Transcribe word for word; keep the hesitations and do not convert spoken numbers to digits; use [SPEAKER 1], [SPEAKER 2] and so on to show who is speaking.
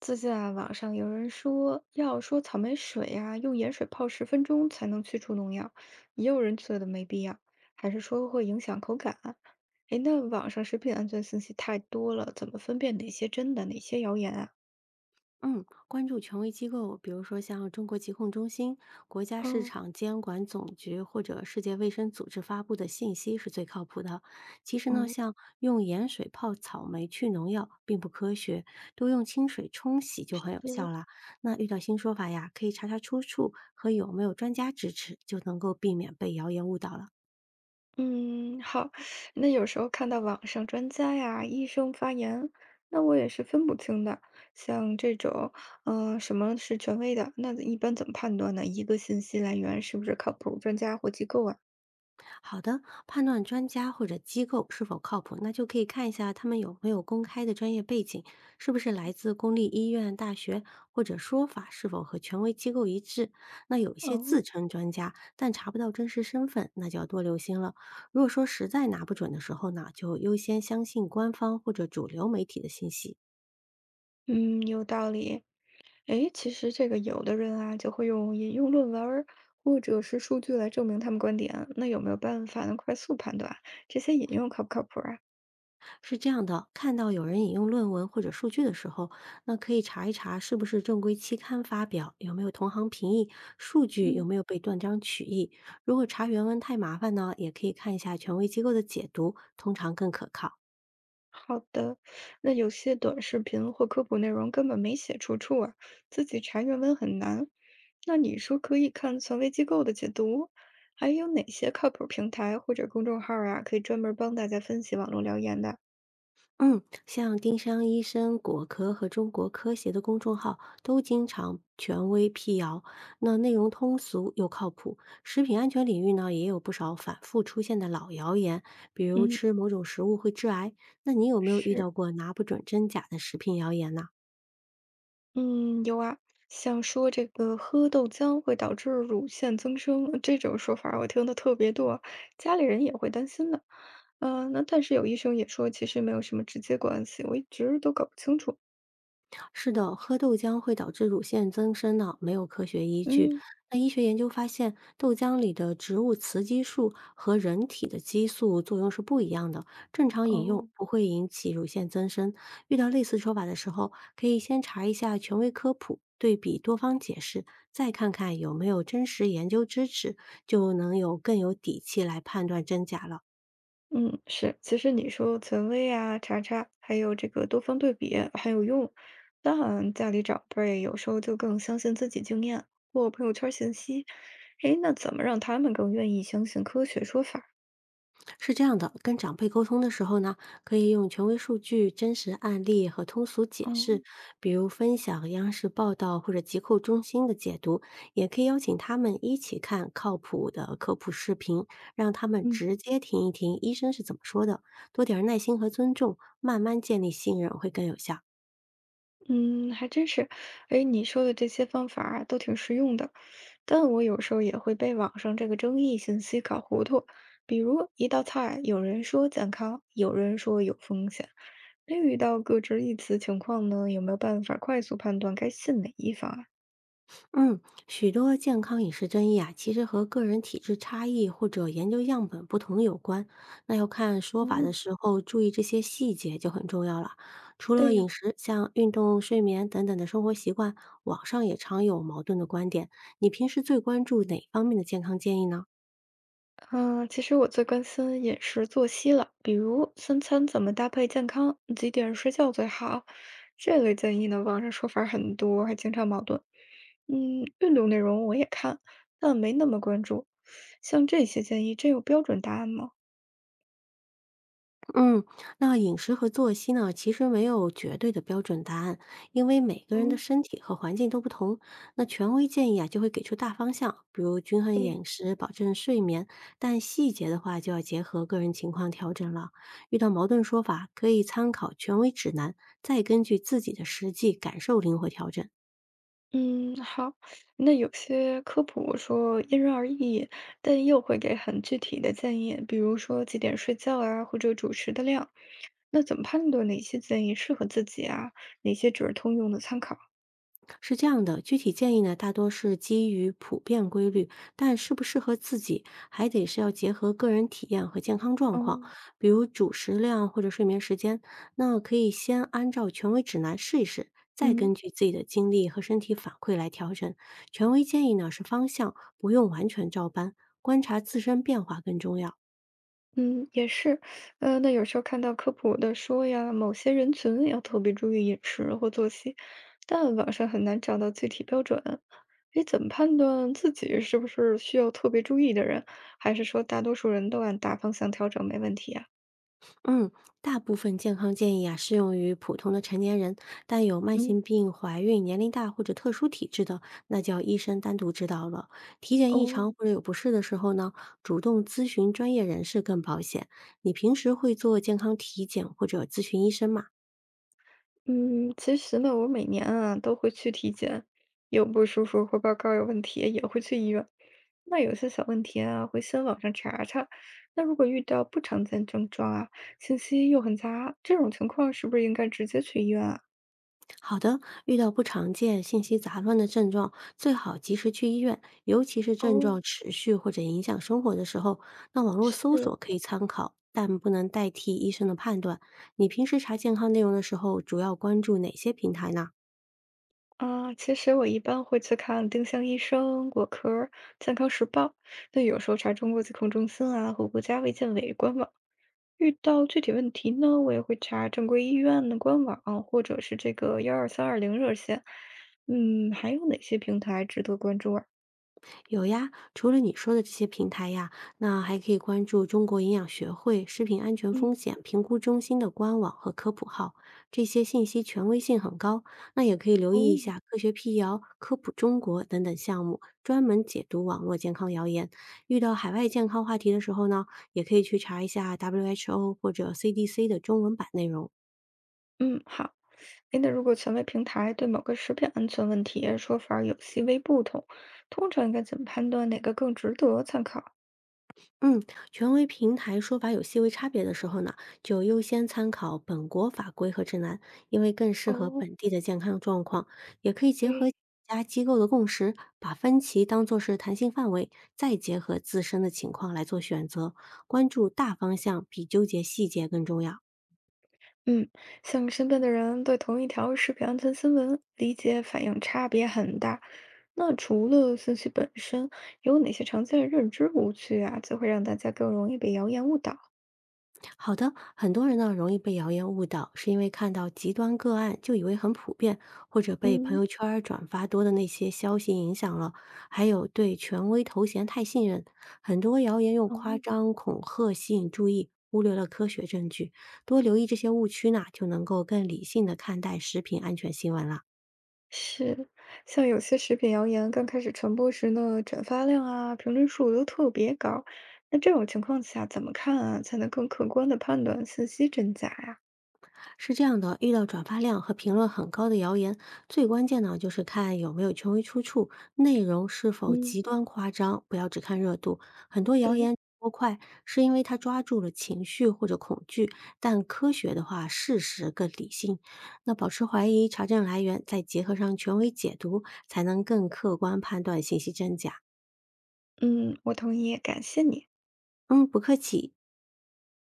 [SPEAKER 1] 最近啊，网上有人说要说草莓水呀、用盐水泡十分钟才能去除农药，也有人觉得没必要，还是说会影响口感啊。哎，那网上食品安全信息太多了，怎么分辨哪些真的，哪些谣言啊？
[SPEAKER 2] 嗯，关注权威机构，比如说像中国疾控中心、国家市
[SPEAKER 1] 嗯，
[SPEAKER 2] 场监管总局或者世界卫生组织发布的信息是最靠谱的。其实呢，
[SPEAKER 1] 哦，
[SPEAKER 2] 像用盐水泡草莓去农药并不科学，多用清水冲洗就很有效了。那遇到新说法呀，可以查查出处和有没有专家支持，就能够避免被谣言误导了。
[SPEAKER 1] 嗯，好。那有时候看到网上专家呀、医生发言，那我也是分不清的。像这种，嗯、什么是权威的？那一般怎么判断呢？一个信息来源是不是靠谱专家或机构啊？
[SPEAKER 2] 好的，判断专家或者机构是否靠谱，那就可以看一下他们有没有公开的专业背景，是不是来自公立医院、大学，或者说法是否和权威机构一致。那有一些
[SPEAKER 1] 哦，
[SPEAKER 2] 自称专家，但查不到真实身份，那就要多留心了。如果说实在拿不准的时候呢，就优先相信官方或者主流媒体的信息。
[SPEAKER 1] 嗯，有道理。诶，其实这个有的人啊，就会用引用论文儿或者是数据来证明他们观点。那有没有办法能快速判断这些引用靠不靠谱啊？
[SPEAKER 2] 是这样的，看到有人引用论文或者数据的时候，那可以查一查是不是正规期刊发表，有没有同行评议，数据有
[SPEAKER 1] 嗯。
[SPEAKER 2] 没有被断章取义。如果查原文太麻烦呢，也可以看一下权威机构的解读，通常更可靠。
[SPEAKER 1] 好的，那有些短视频或科普内容根本没写出处啊，自己查原文很难。那你说可以看权威机构的解读，还有哪些靠谱平台或者公众号儿啊，可以专门帮大家分析网络谣言的？
[SPEAKER 2] 嗯，像丁香医生、果壳和中国科协的公众号都经常权威辟谣，那内容通俗又靠谱。食品安全领域呢，也有不少反复出现的老谣言，比如
[SPEAKER 1] 嗯，
[SPEAKER 2] 吃某种食物会致癌。那你有没有遇
[SPEAKER 1] 是，
[SPEAKER 2] 到过拿不准真假的食品谣言呢？
[SPEAKER 1] 嗯，有啊，像说这个喝豆浆会导致乳腺增生这种说法儿我听的特别多，家里人也会担心的。嗯、那但是有医生也说，其实没有什么直接关系，我一直都搞不清楚。
[SPEAKER 2] 是的，喝豆浆会导致乳腺增生呢？没有科学依据。
[SPEAKER 1] 嗯，
[SPEAKER 2] 那医学研究发现，豆浆里的植物雌激素和人体的激素作用是不一样的。正常饮用
[SPEAKER 1] 哦，
[SPEAKER 2] 不会引起乳腺增生。遇到类似说法的时候，可以先查一下权威科普，对比多方解释，再看看有没有真实研究支持，就能有更有底气来判断真假了。
[SPEAKER 1] 嗯，是，其实你说权威啊、查查，还有这个多方对比很有用。当然，家里长辈有时候就更相信自己经验或朋友圈信息。诶，那怎么让他们更愿意相信科学说法儿？
[SPEAKER 2] 是这样的，跟长辈沟通的时候呢，可以用权威数据、真实案例和通俗解释，
[SPEAKER 1] 哦，
[SPEAKER 2] 比如分享央视报道或者疾控中心的解读，也可以邀请他们一起看靠谱的科普视频，让他们
[SPEAKER 1] 嗯，
[SPEAKER 2] 直接听一听医生是怎么说的，多点儿耐心和尊重，慢慢建立信任会更有效。
[SPEAKER 1] 嗯，还真是。哎，你说的这些方法儿啊都挺实用的，但我有时候也会被网上这个争议信息搞糊涂。比如一道菜，有人说健康，有人说有风险，那遇到各执一词情况呢，有没有办法快速判断该信哪一方啊？
[SPEAKER 2] 嗯，许多健康饮食争议啊，其实和个人体质差异或者研究样本不同有关。那要看说法的
[SPEAKER 1] 哦，
[SPEAKER 2] 时候，注意这些细节就很重要了。除了
[SPEAKER 1] 对呀。
[SPEAKER 2] 饮食，像运动、睡眠等等的生活习惯，网上也常有矛盾的观点。你平时最关注哪方面的健康建议呢？
[SPEAKER 1] 嗯，其实我最关心饮食作息了，比如三餐怎么搭配健康，几点睡觉最好，这类建议呢，网上说法儿很多，还经常矛盾。嗯，运动内容我也看，但没那么关注。像这些建议，真有标准答案吗？
[SPEAKER 2] 嗯，那饮食和作息呢，其实没有绝对的标准答案，因为每个人的
[SPEAKER 1] 嗯。
[SPEAKER 2] 身体和环境都不同。那权威建议啊，就会给出大方向，比如均衡饮食，保证睡眠，但细节的话就要结合个人情况调整了。遇到矛盾说法，可以参考权威指南，再根据自己的实际感受灵活调整。
[SPEAKER 1] 嗯，好。那有些科普说因人而异，但又会给很具体的建议，比如说几点睡觉啊，或者主食的量。那怎么判断哪些建议适合自己啊？哪些只是通用的参考？
[SPEAKER 2] 是这样的，具体建议呢，大多是基于普遍规律，但适不适合自己，还得是要结合个人体验和健康状况，
[SPEAKER 1] 哦，
[SPEAKER 2] 比如主食量或者睡眠时间。那可以先按照权威指南试一试，再
[SPEAKER 1] 嗯。
[SPEAKER 2] 根据自己的经历和身体反馈来调整。权威建议呢是方向，不用完全照搬，观察自身变化更重要。
[SPEAKER 1] 嗯，也是，呃，那有时候看到科普的说呀，某些人群要特别注意饮食或作息，但网上很难找到具体标准。你怎么判断自己是不是需要特别注意的人，还是说大多数人都按大方向调整没问题啊？
[SPEAKER 2] 嗯，大部分健康建议啊适用于普通的成年人，但有慢
[SPEAKER 1] 嗯，
[SPEAKER 2] 性病、怀孕、年龄大或者特殊体质的，那就要医生单独指导了。体检异
[SPEAKER 1] 哦，
[SPEAKER 2] 常或者有不适的时候呢，主动咨询专业人士更保险。你平时会做健康体检或者咨询医生吗？
[SPEAKER 1] 嗯，其实呢，我每年啊都会去体检，有不舒服或报告有问题，也会去医院。那有些小问题啊，会先网上查查。那如果遇到不常见症状啊，信息又很杂，这种情况是不是应该直接去医院啊？
[SPEAKER 2] 好的，遇到不常见、信息杂乱的症状，最好及时去医院，尤其是症
[SPEAKER 1] 哦，
[SPEAKER 2] 状持续或者影响生活的时候，那网络搜索
[SPEAKER 1] 是，
[SPEAKER 2] 可以参考，但不能代替医生的判断。你平时查健康内容的时候，主要关注哪些平台呢？
[SPEAKER 1] 啊，其实我一般会去看丁香医生、果壳儿健康时报，那有时候查中国疾控中心啊和国家卫健委官网。遇到具体问题呢，我也会查正规医院的官网，或者是这个幺二三二零热线。嗯，还有哪些平台值得关注啊？
[SPEAKER 2] 有呀，除了你说的这些平台呀，那还可以关注中国营养学会食品安全
[SPEAKER 1] 嗯，
[SPEAKER 2] 风险评估中心的官网和科普号，这些信息权威性很高。那也可以留
[SPEAKER 1] 哦，
[SPEAKER 2] 意一下科学辟谣、科普中国等等项目，专门解读网络健康谣言。遇到海外健康话题的时候呢，也可以去查一下 W H O 或者 C D C 的中文版内容。
[SPEAKER 1] 嗯，好。哎，那如果权威平台对某个食品安全问题说法儿有细微不同，通常应该怎么判断哪个更值得参考？
[SPEAKER 2] 嗯，权威平台说法有细微差别的时候呢，就优先参考本国法规和指南，因为更适合
[SPEAKER 1] 哦，
[SPEAKER 2] 本地的健康状况。也可以结合
[SPEAKER 1] 对，
[SPEAKER 2] 家机构的共识，把分歧当做是弹性范围，再结合自身的情况来做选择。关注大方向比纠结细节更重要。
[SPEAKER 1] 嗯，像身边的人对同一条食品安全新闻理解反应差别很大。那除了信息本身，有哪些常见的认知误区啊，就会让大家更容易被谣言误导？
[SPEAKER 2] 好的，很多人呢容易被谣言误导，是因为看到极端个案就以为很普遍，或者被朋
[SPEAKER 1] 嗯，
[SPEAKER 2] 友圈儿转发多的那些消息影响了，还有对权威头衔太信任，很多谣言用
[SPEAKER 1] 哦，
[SPEAKER 2] 夸张、恐吓吸引注意，忽略了科学证据。多留意这些误区呢，就能够更理性的看待食品安全新闻了。
[SPEAKER 1] 是，像有些食品谣言刚开始传播时呢，转发量啊、评论数都特别高。那这种情况下，怎么看啊，才能更客观的判断信息真假呀、
[SPEAKER 2] 是这样的，遇到转发量和评论很高的谣言，最关键呢就是看有没有权威出处，内容是否
[SPEAKER 1] 嗯，
[SPEAKER 2] 极端夸张，不要只看热度。很多谣
[SPEAKER 1] 对。
[SPEAKER 2] 言播快是因为它抓住了情绪或者恐惧，但科学的话，事实更理性。那保持怀疑，查证来源，再结合上权威解读，才能更客观判断信息真假。
[SPEAKER 1] 嗯，我同意，感谢你。
[SPEAKER 2] 嗯，不客气。